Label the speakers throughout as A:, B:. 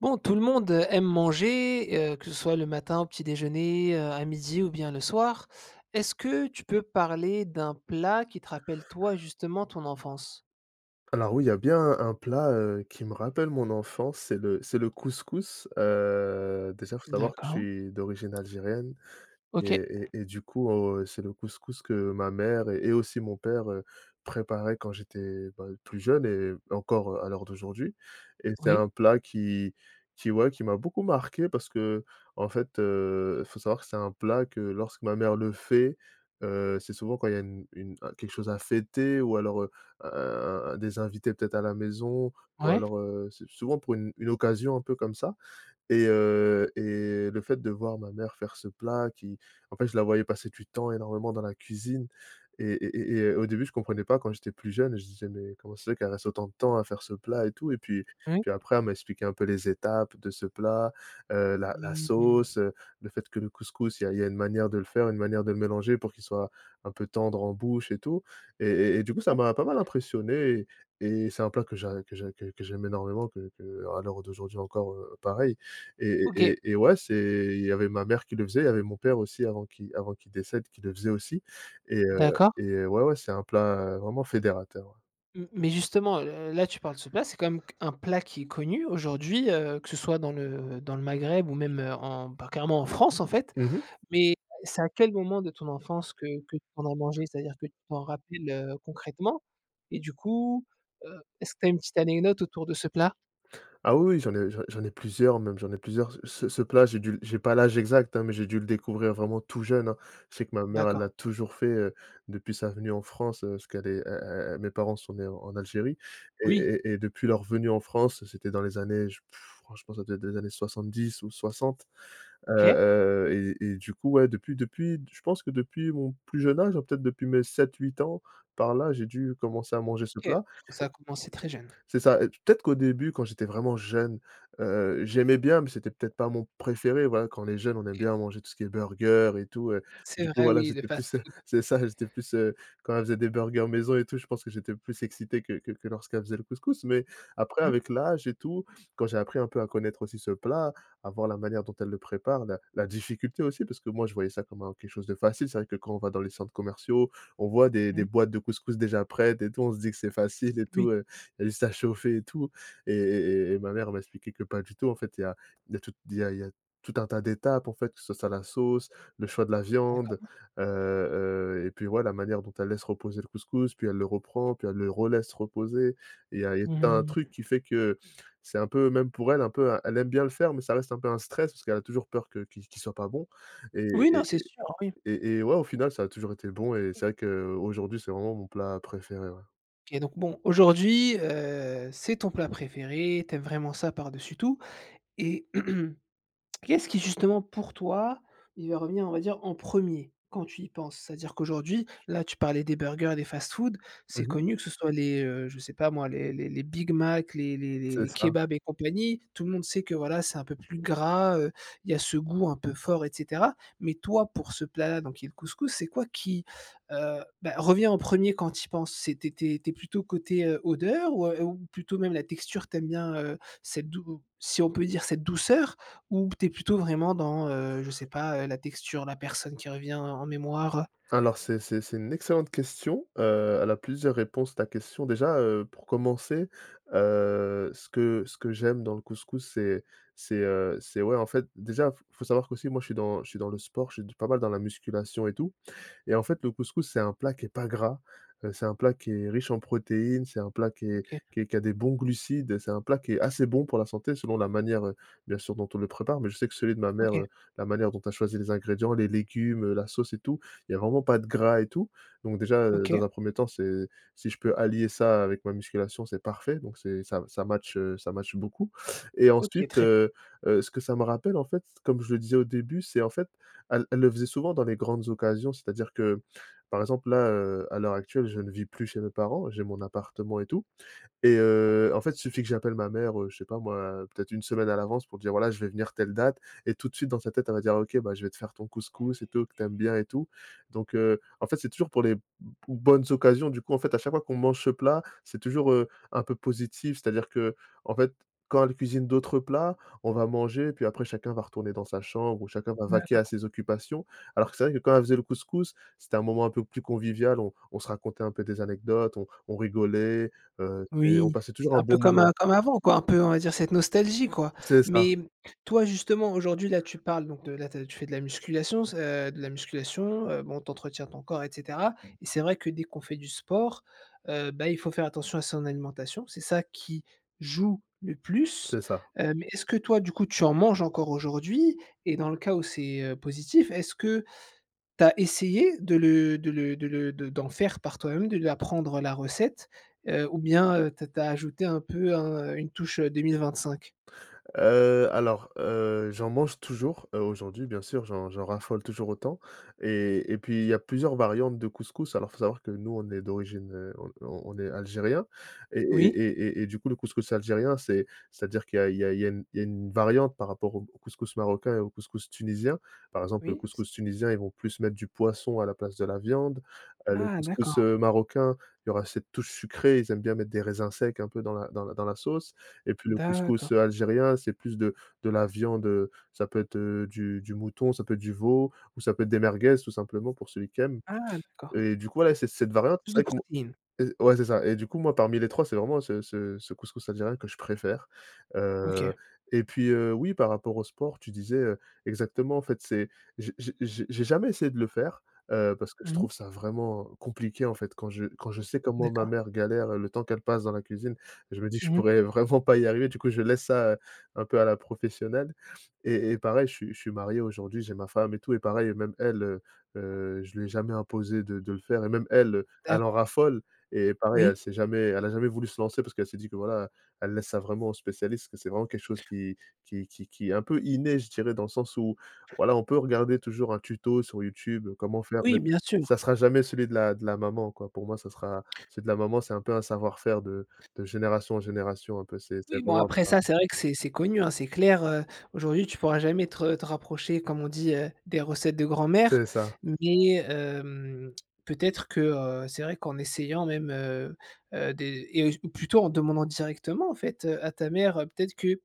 A: Bon, tout le monde aime manger, que ce soit le matin au petit déjeuner, à midi ou bien le soir. Est-ce que tu peux parler d'un plat qui te rappelle toi, justement, ton enfance?
B: Alors oui, il y a bien un plat, qui me rappelle mon enfance, c'est le couscous. Déjà, faut savoir que je
A: D'accord.
B: suis d'origine algérienne et
A: OK.
B: et et du coup, c'est le couscous que ma mère et aussi mon père, préparaient quand j'étais, bah, plus jeune et encore, à l'heure d'aujourd'hui. Et c'est un
A: Oui.
B: plat qui ouais, qui m'a beaucoup marqué parce que faut savoir que c'est un plat que lorsque ma mère le fait, c'est souvent quand il y a une un quelque chose à fêter ou alors, un des invités peut-être à la maison ou
A: Ouais.
B: alors, c'est souvent pour une occasion un peu comme ça. Et le fait de voir ma mère faire ce plat, je la voyais passer du temps énormément dans la cuisine et au début, je comprenais pas quand j'étais plus jeune, je disais: «Mais comment ça se fait qu'elle reste autant de temps à faire ce plat?» Et tout et puis
A: Oui.
B: puis après, elle m'a expliqué un peu les étapes de ce plat, la
A: Mmh.
B: sauce, le fait que le couscous, il y a une manière de le faire, une manière de le mélanger pour qu'il soit un peu tendre en bouche et tout et du coup, ça m'a pas mal impressionné et et c'est un plat que j'aime énormément, que à l'heure d'aujourd'hui encore, pareil. Et
A: OK,
B: et et ouais, c'est il y avait ma mère qui le faisait, il y avait mon père aussi avant qu'il décède qui le faisait aussi et heu
A: d'accord.
B: et ouais, ouais, c'est un plat, vraiment fédérateur, ouais.
A: M mais justement, là, tu parles de ce plat, c'est quand même un plat qui est connu aujourd'hui, que ce soit dans le Maghreb ou même, en bah, carrément en France, en fait.
B: Mmh.
A: Mais c'est à quel moment de ton enfance que tu en as mangé? C'est-à-dire que tu t'en rappelles, concrètement? Et du coup, est-ce que tu as une petite anecdote autour de ce plat?
B: Ah oui, oui, j'en ai j'en ai plusieurs même, j'en ai plusieurs. Ce plat, j'ai pas l'âge exact, hein, mais j'ai dû le découvrir vraiment tout jeune, hein. Je sais que ma mère, elle l'a
A: D'accord.
B: toujours fait, depuis sa venue en France, parce qu'elle est elle elle mes parents sont nés en Algérie et
A: Oui.
B: et et depuis leur venue en France, c'était dans les années j franchement, ça devait être des années 70 ou 60. heu
A: OK.
B: heu et du coup, ouais, depuis, je pense que depuis mon plus jeune âge, hein, peut-être depuis mes 7 8 ans, par là, j'ai dû commencer à manger ce
A: OK.
B: plat.
A: Donc ça a commencé très jeune.
B: C'est ça, et peut-être qu'au début, quand j'étais vraiment jeune, j'aimais bien, mais c'était peut-être pas mon préféré. Voilà, quand on est jeune, on aime
A: OK.
B: bien manger tout ce qui est burger et tout,
A: C'est
B: du coup,
A: vrai,
B: voilà,
A: oui, le
B: j'étais plus,
A: fast-food.
B: c'est ça, j'étais plus, quand elle faisait des burgers maison et tout, je pense que j'étais plus excité que lorsqu'elle faisait le couscous. Mais après,
A: Mmh,
B: avec l'âge et tout, quand j'ai appris un peu à connaître aussi ce plat, à voir la manière dont elle le prépare, la difficulté aussi, parce que moi, je voyais ça comme un quelque chose de facile. C'est vrai que quand on va dans les centres commerciaux, on voit des
A: mmh.
B: boîtes de couscous déjà prêtes et tout, on se dit que c'est facile et
A: Oui.
B: tout, elle ça chauffait et tout et ma mère m'a expliqué que pas du tout, en fait, il y a tout il y a tout un tas d'étapes, en fait, que ce soit la sauce, le choix de la viande,
A: D'accord.
B: et puis, ouais, la manière dont elle laisse reposer le couscous, puis elle le reprend, puis elle le relaisse reposer. Et il y a tout un truc
A: Mmh.
B: qui fait que c'est un peu même pour elle, un peu, elle aime bien le faire, mais ça reste un peu un stress parce qu'elle a toujours peur que qu'il qu'il soit pas bon et
A: Oui, non,
B: et
A: c'est
B: et
A: sûr, oui.
B: et et ouais, au final, ça a toujours été bon et c'est vrai qu'aujourd'hui, c'est vraiment mon plat préféré, ouais.
A: OK, donc bon, aujourd'hui, c'est ton plat préféré, t'aimes vraiment ça par-dessus tout et Qu'est-ce qui justement pour toi, il va revenir, on va dire, en premier quand tu y penses? C'est-à-dire qu'aujourd'hui, là, tu parlais des burgers et des fast-food, c'est
B: Mmh.
A: connu que ce soit les, je sais pas moi, les Big Mac, les
B: C'est ça.
A: kebabs et compagnie, tout le monde sait que voilà, c'est un peu plus gras, il y a ce goût un peu fort et cetera. Mais toi, pour ce plat-là, donc qui est le couscous, c'est quoi qui, revient en premier quand tu y penses? C'est tu es tu plutôt côté, odeur ou plutôt même la texture, t'aimes bien, cette dou si on peut dire cette douceur? Ou tu es plutôt vraiment dans, je sais pas, la texture, la personne qui revient en mémoire?
B: Alors c'est c'est une excellente question, elle a plusieurs réponses ta question. Déjà, pour commencer, ce que j'aime dans le couscous, c'est ouais, en fait, déjà, faut savoir qu'aussi moi je suis dans le sport, je suis pas mal dans la musculation et tout et en fait, le couscous, c'est un plat qui est pas gras, c'est un plat qui est riche en protéines, c'est un plat qui est
A: OK,
B: qui est qui a des bons glucides, c'est un plat qui est assez bon pour la santé selon la manière, bien sûr dont on le prépare, mais je sais que celui de ma mère,
A: OK,
B: la manière dont elle choisi les ingrédients, les légumes, la sauce et tout, il y a vraiment pas de gras et tout. Donc déjà,
A: OK,
B: dans un premier temps, c'est si je peux allier ça avec ma musculation, c'est parfait, donc c'est ça
A: t
B: ça match beaucoup et
A: OK,
B: ensuite,
A: très
B: ce que ça me rappelle, en fait, comme je le disais au début, c'est en fait elle le faisait souvent dans les grandes occasions, c'est-à-dire que, par exemple, là, à l'heure actuelle, je ne vis plus chez mes parents, j'ai mon appartement et tout, et en fait, il suffit que j'appelle ma mère, je sais pas moi, peut-être une semaine à l'avance pour dire: «Voilà, je vais venir telle date» et tout de suite dans sa tête, elle va dire: «OK, bah, je vais te faire ton couscous et tout, que t'aimes bien et tout». Donc en fait, c'est toujours pour les b bonnes occasions. Du coup, en fait, à chaque fois qu'on mange ce plat, c'est toujours, un peu positif. C'est-à-dire que en fait, quand elle cuisine d'autres plats, on va manger, puis après chacun va retourner dans sa chambre ou chacun va vaquer
A: bien.
B: à ses occupations. Alors que c'est vrai que quand elle faisait le couscous, c'était un moment un peu plus convivial. On se racontait un peu des anecdotes, on rigolait, et on
A: Oui,
B: passait
A: c'est
B: toujours un
A: un peu
B: bon
A: comme,
B: moment.
A: comme avant quoi, un peu on va dire cette nostalgie quoi.
B: C'est ça,
A: Mais toi justement aujourd'hui là tu parles donc de là tu fais de la musculation, s de la musculation, bon t'entretiens ton corps et cetera et c'est vrai que dès qu'on fait du sport, bah, il faut faire attention à son alimentation, c'est ça qui joue le plus.
B: c'est ça.
A: Mais est-ce que toi du coup tu en manges encore aujourd'hui? Et dans le cas où c'est, positif, est-ce que t'as essayé de le de le de le de d'en faire par toi-même, de lui apprendre la recette, ou bien, tu as ajouté un peu un une touche, 2025?
B: Alors, j'en mange toujours, aujourd'hui bien sûr, j'en raffole toujours autant et puis il y a plusieurs variantes de couscous. Alors faut savoir que nous on est d'origine, on est algérien. et et
A: Oui,
B: et et et du coup le couscous algérien c'est c'est-à-dire qu'il y a il y a il y a une il y a une variante par rapport au couscous marocain et au couscous tunisien. Par exemple, le
A: oui, c
B: couscous tunisien, ils vont plus mettre du poisson à la place de la viande. Le
A: ah
B: couscous,
A: d'accord,
B: marocain, il y aura cette touche sucrée, ils aiment bien mettre des raisins secs un peu dans la dans la dans la sauce. Et puis le couscous,
A: d'accord.
B: algérien, c'est plus de la viande, ça peut être, du mouton, ça peut être du veau ou ça peut être des merguez tout simplement pour celui qui aime.
A: Ah d'accord.
B: Et du coup, voilà, c'est cette variante,
A: Plus
B: c'est
A: de
B: vrai que
A: protéines.
B: et ouais, c'est ça et du coup, moi, parmi les 3 c'est vraiment ce couscous algérien que je préfère,
A: OK.
B: heu et puis, oui, par rapport au sport, tu disais, exactement, en fait, c'est j'ai jamais essayé de le faire, parce que je
A: Mmh.
B: trouve ça vraiment compliqué, en fait, quand je sais comment ma
A: D'accord.
B: mère galère, le temps qu'elle passe dans la cuisine, je me dis: que «Je
A: Mmh.
B: pourrais vraiment pas y arriver», du coup, je laisse ça, un peu à la professionnelle et pareil, je suis marié aujourd'hui, j'ai ma femme et tout et pareil, même elle, je lui ai jamais imposé de le faire et même elle, elle en
A: D'accord.
B: raffole et pareil,
A: Oui.
B: elle a jamais voulu se lancer parce qu'elle s'est dit que voilà, elle laisse ça vraiment aux spécialistes, que c'est vraiment quelque chose qui est un peu inné, je dirais, dans le sens où voilà, on peut regarder toujours un tuto sur YouTube, comment faire, mais
A: Oui, bien sûr.
B: ça sera jamais celui de la maman, quoi. Pour moi, ça sera celui de la maman, c'est un peu un savoir-faire de génération en génération, un peu. C'est
A: Oui, bon
B: vraiment un
A: après
B: peu un
A: ça, c'est vrai que c'est connu, hein, c'est clair, aujourd'hui tu pourras jamais te rapprocher, comme on dit, des recettes de grand-mère,
B: c'est ça,
A: mais hem, peut-être que, c'est vrai qu'en essayant même, des et ou plutôt en demandant directement en fait, à ta mère, peut-être que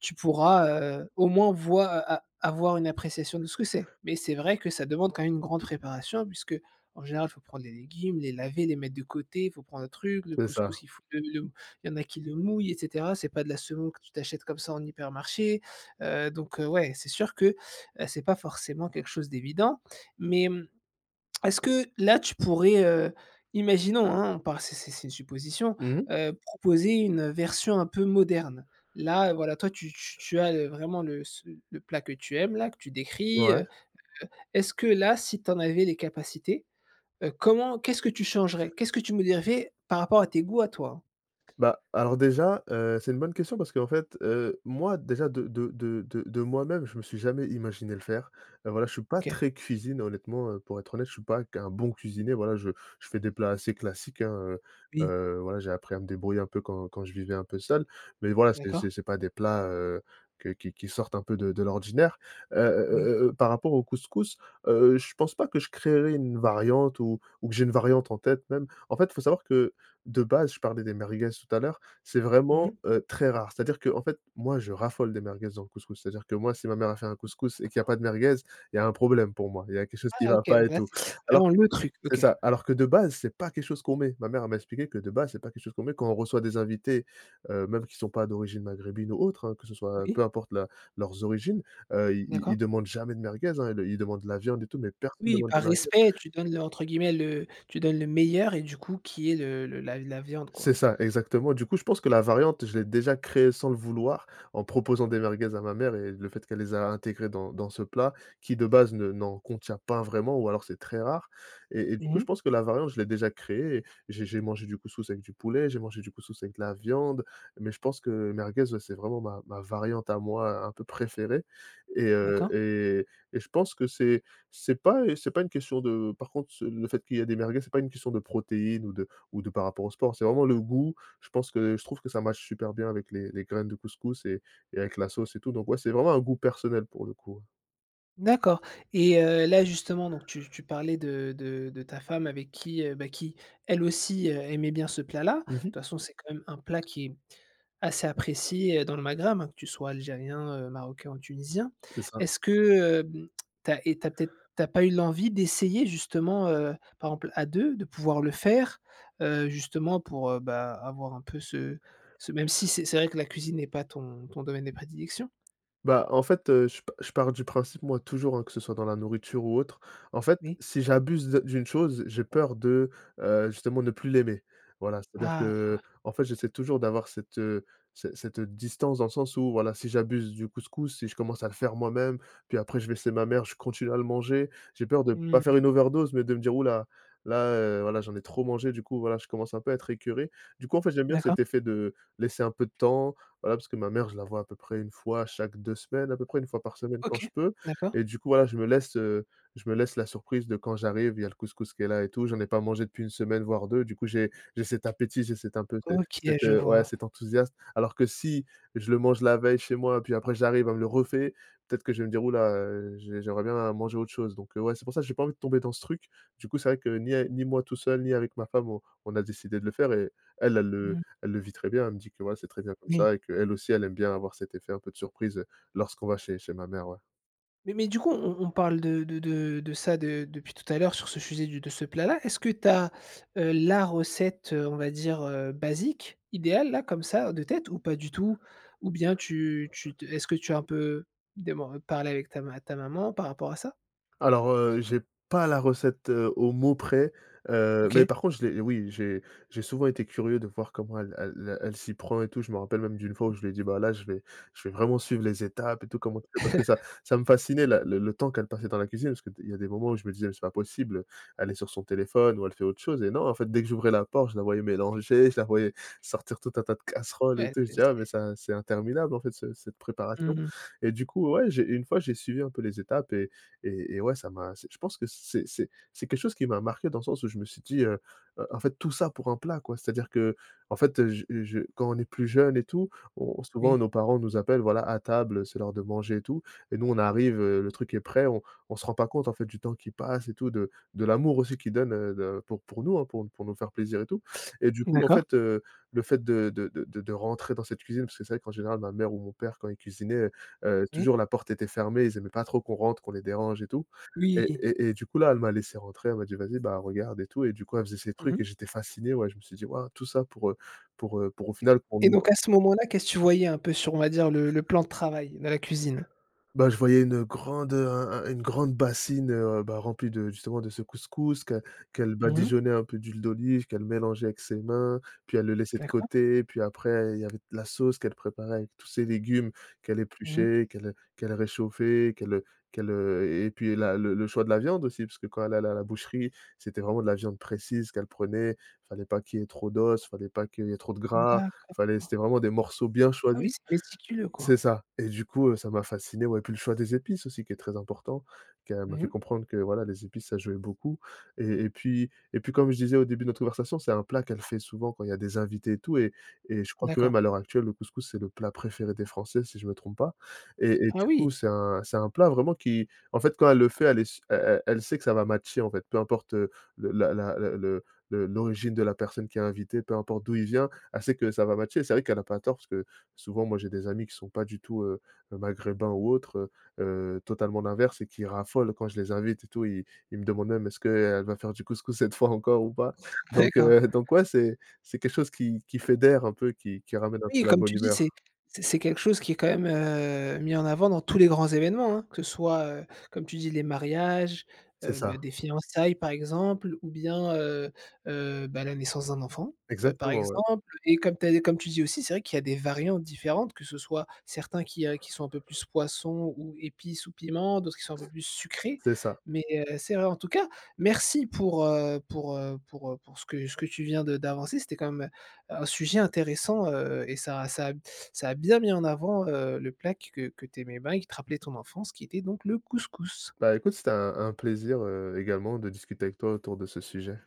A: tu pourras, au moins voir a avoir une appréciation de ce que c'est. Mais c'est vrai que ça demande quand même une grande préparation puisque en général, il faut prendre les légumes, les laver, les mettre de côté, il faut prendre le truc, le
B: c'est
A: couscous,
B: ça.
A: il faut le il y en a qui le mouillent et cetera. C'est pas de la semoule que tu t'achètes comme ça en hypermarché, donc ouais, c'est sûr que, c'est pas forcément quelque chose d'évident. Mais, mmh, est-ce que là, tu pourrais, imaginons, hein, on part c'est une supposition,
B: Mmh.
A: proposer une version un peu moderne? Là, voilà, toi, tu as le vraiment le ce le plat que tu aimes là, que tu décris,
B: Ouais.
A: heu. Est-ce que là, si tu en avais les capacités, comment qu'est-ce que tu changerais? Qu'est-ce que tu modifierais par rapport à tes goûts à toi, hein?
B: Bah, alors déjà, c'est une bonne question parce qu'en fait, moi déjà de moi-même, je me suis jamais imaginé le faire. Voilà, je suis pas
A: OK.
B: très cuisine honnêtement, pour être honnête, je suis pas un bon cuisinier, voilà, je fais des plats assez classiques, hein,
A: Oui.
B: voilà, j'ai appris à me débrouiller un peu quand je vivais un peu seul. Mais voilà, c'est c'est
A: D'accord.
B: c'est pas des plats, que qui sortent un peu de l'ordinaire.
A: Oui.
B: Par rapport au couscous, je pense pas que je créerai une variante ou que j'ai une variante en tête même. En fait, il faut savoir que de base, je parlais des merguez tout à l'heure, c'est
A: Mmh
B: vraiment,
A: mh.
B: très rare. C'est-à-dire que, en fait, moi, je raffole des merguez dans le couscous. C'est-à-dire que moi, si ma mère a fait un couscous et qu'il y a pas de merguez, il y a un problème pour moi. Il y a quelque chose qui ne
A: Ah
B: va
A: OK,
B: pas et
A: donc là,
B: tout.
A: c'est
B: Alors
A: vraiment le truc.
B: c'est
A: OK.
B: ça, alors que de base, c'est pas quelque chose qu'on met. Ma mère, elle m'a expliqué que de base, c'est pas quelque chose qu'on met quand on reçoit des invités, même qui sont pas d'origine maghrébine ou autre, hein, que ce soit peu
A: Oui,
B: importe la leurs origines, ils ils
A: d'accord.
B: ils demandent jamais de merguez, hein, ils demandent de la viande et tout, mais personne ne
A: Oui,
B: demande des
A: par
B: merguez.
A: respect, tu donnes le entre guillemets, le tu donnes le meilleur et du coup, qui est le la la viande,
B: C'est
A: quoi.
B: ça, exactement. Du coup, je pense que la variante, je l'ai déjà créée sans le vouloir, en proposant des merguez à ma mère et le fait qu'elle les a intégrées dans ce plat qui, de base, ne n'en contient pas vraiment ou alors c'est très rare et du coup,
A: Mmh
B: je
A: mh.
B: pense que la variante, je l'ai déjà créée et j'ai mangé du couscous avec du poulet, j'ai mangé du couscous avec de la viande, mais je pense que merguez, ouais, c'est vraiment ma variante à moi un peu préférée et heu
A: D'accord.
B: et et je pense que c'est pas une question de par contre, le fait qu'il y a des merguez, c'est pas une question de protéines ou de par rapport au sport. C'est vraiment le goût. Je pense que je trouve que ça matche super bien avec les graines de couscous et avec la sauce et tout. Donc ouais, c'est vraiment un goût personnel pour le coup, ouais.
A: D'accord et là justement donc tu tu parlais de ta femme avec qui, qui elle aussi, aimait bien ce plat-là. De
B: Mmh.
A: toute façon, c'est quand même un plat qui est assez apprécié, dans le Maghreb, hein, que tu sois algérien, marocain ou tunisien.
B: C'est ça.
A: Est-ce que, hem, tu et t'as peut-être t'as pas eu l'envie d'essayer justement, par exemple à 2, de pouvoir le faire, justement pour, avoir un peu ce même si c'est vrai que la cuisine n'est pas ton domaine de prédilection?
B: Bah, en fait, je pars du principe, moi, toujours, hein, que ce soit dans la nourriture ou autre, en fait,
A: Oui.
B: si j'abuse de d'une chose, j'ai peur de, justement, ne plus l'aimer. Voilà, c'est-à-dire
A: Ah!
B: que en fait, j'essaie toujours d'avoir cette, ce cette distance dans le sens où, voilà, si j'abuse du couscous, si je commence à le faire moi-même, puis après je vais chez ma mère, je continue à le manger, j'ai peur de pas
A: Mmh.
B: faire une overdose, mais de me dire: «Ouh là, là, voilà, j'en ai trop mangé, du coup, voilà, je commence un peu à être écœuré». Du coup, en fait, j'aime bien
A: D'accord.
B: cet effet de laisser un peu de temps, voilà, parce que ma mère, je la vois à peu près une fois chaque 2 semaines, à peu près une fois par semaine quand
A: OK,
B: je peux
A: d'accord.
B: et du coup, voilà, je me laisse la surprise de quand j'arrive, il y a le couscous qui est là et tout. J'en ai pas mangé depuis une semaine, voire deux. Du coup, j'ai cet appétit, j'ai cet un peu cet
A: OK,
B: cet,
A: je
B: ouais,
A: vois.
B: cet enthousiasme. Alors que si je le mange la veille chez moi, puis après j'arrive, à me le refait, peut-être que je vais me dire: «Ouh là, j'aimerais bien manger autre chose», donc ouais, c'est pour ça que j'ai pas envie de tomber dans ce truc. Du coup, c'est vrai que ni moi tout seul, ni avec ma femme, on a décidé de le faire et elle,
A: Mmh,
B: elle le vit très bien. Elle me dit que, voilà, c'est très bien comme
A: oui.
B: ça et qu'elle aussi, elle aime bien avoir cet effet un peu de surprise, lorsqu'on va chez ma mère, ouais.
A: Mais du coup, on parle de ça de depuis tout à l'heure sur ce sujet du de ce plat-là. Est-ce que tu as, la recette, on va dire, basique, idéale là, comme ça, de tête ou pas du tout? Ou bien tu tu te est-ce que tu as un peu deman parlé avec ta maman par rapport à ça?
B: Alors, j'ai pas la recette, au mot près, mais
A: OK,
B: par contre je l'ai oui, j'ai souvent été curieux de voir comment elle s'y prend et tout. Je me rappelle même d'une fois où je lui ai dit: «Bah, là, je vais vraiment suivre les étapes et tout, comment tu fais?» parce que ça me fascinait la le temps qu'elle passait dans la cuisine parce qu'il y a des moments où je me disais: «Mais c'est pas possible, elle est sur son téléphone ou elle fait autre chose» et non, en fait, dès que j'ouvrais la porte, je la voyais mélanger, je la voyais sortir tout un tas de casseroles et
A: ouais,
B: tout. Je
A: c'est
B: dis: «Ah, mais ça c'est interminable, en fait, ce cette
A: mmh
B: préparation»
A: mh,
B: et du coup, ouais, j'ai une fois, j'ai suivi un peu les étapes et ouais, ça m'a c'est je pense que c'est quelque chose qui m'a marqué dans le sens où je me suis dit, en fait tout ça pour un plat quoi. C'est-à-dire que en fait, je quand on est plus jeune et tout, on
A: oui,
B: souvent nos parents nous appellent voilà à table, c'est l'heure de manger et tout et nous on arrive, le truc est prêt, on se rend pas compte en fait du temps qui passe et tout, de l'amour aussi qu'ils donnent, de pour nous, hein, pour nous faire plaisir et tout et du coup en
A: d'accord,
B: fait, le fait de rentrer dans cette cuisine parce que c'est vrai qu'en général ma mère ou mon père quand ils cuisinaient, toujours
A: oui.
B: la porte était fermée, ils aimaient pas trop qu'on rentre, qu'on les dérange et tout et
A: Oui,
B: et et du coup là, elle m'a laissé rentrer, elle m'a dit: «Vas-y, bah, regarde et tout» et du coup, elle faisait ses
A: mmh
B: trucs
A: mh
B: et j'étais fasciné, ouais, je me suis dit: «Waouh, tout ça pour, pour au final qu'on me».
A: et donc à ce moment-là, qu'est-ce que tu voyais un peu sur, on va dire, le plan de travail de la cuisine?
B: Bah, je voyais une grande, un une grande bassine, bah, remplie de justement de ce couscous qu'elle
A: Mmh mh,
B: badigeonnait un peu d'huile d'olive, qu'elle mélangeait avec ses mains, puis elle le laissait de
A: d'accord.
B: côté, puis après il y avait la sauce qu'elle préparait avec tous ses légumes qu'elle
A: Mmh mh.
B: épluchait, qu'elle réchauffait, et puis la le choix de la viande aussi, parce que quand elle allait à la boucherie, c'était vraiment de la viande précise qu'elle prenait. Fallait pas qu'il y ait trop d'os, fallait pas qu'il y ait trop de gras,
A: D'accord.
B: fallait c'était vraiment des morceaux bien
A: Ah oui,
B: choisis.
A: c'est méticuleux,
B: C'est
A: quoi.
B: ça et du coup, ça m'a fasciné, ouais, puis le choix des épices aussi qui est très important, qu'elle m'a
A: Mmh
B: fait
A: mh.
B: comprendre que, voilà, les épices, ça jouait beaucoup et puis comme je disais au début de notre conversation, c'est un plat qu'elle fait souvent quand il y a des invités et tout et je crois que
A: D'accord.
B: même à l'heure actuelle, le couscous, c'est le plat préféré des Français si je me trompe pas et
A: Ah
B: du coup,
A: oui!
B: c'est un plat vraiment qui en fait, quand elle le fait, elle est s elle sait que ça va matcher, en fait, peu importe, le la la le l'origine de la personne qui est invitée, peu importe d'où il vient, elle sait que ça va matcher et c'est vrai qu'elle a pas tort parce que souvent, moi, j'ai des amis qui sont pas du tout, maghrébins ou autres, heu totalement l'inverse et qui raffolent quand je les invite et tout. Ils me demandent même: «Est-ce qu'elle va faire du couscous cette fois encore ou pas?»
A: D'accord.
B: Donc ouais, c'est quelque chose qui fédère un peu, qui ramène un
A: Oui,
B: peu la
A: comme
B: bonne
A: tu dis,
B: humeur.
A: c'est quelque chose qui est quand même, mis en avant dans tous les grands événements, hein, que ce soit, comme tu dis, les mariages,
B: C'est ça,
A: des fiançailles par exemple ou bien, la naissance d'un enfant, par
B: exactement, ouais,
A: exemple et comme tu dis aussi, c'est vrai qu'il y a des variantes différentes, que ce soit certains qui sont un peu plus poisson ou épices ou piments, d'autres qui sont un peu plus sucrés,
B: c'est ça.
A: mais c'est vrai en tout cas, merci pour, pour ce que tu viens de d'avancer, c'était quand même, un sujet intéressant, et ça a bien mis en avant, le plat que tu aimais bien et qui te rappelait ton enfance, qui était donc le couscous.
B: Bah, écoute, c'était un plaisir, également de discuter avec toi autour de ce sujet.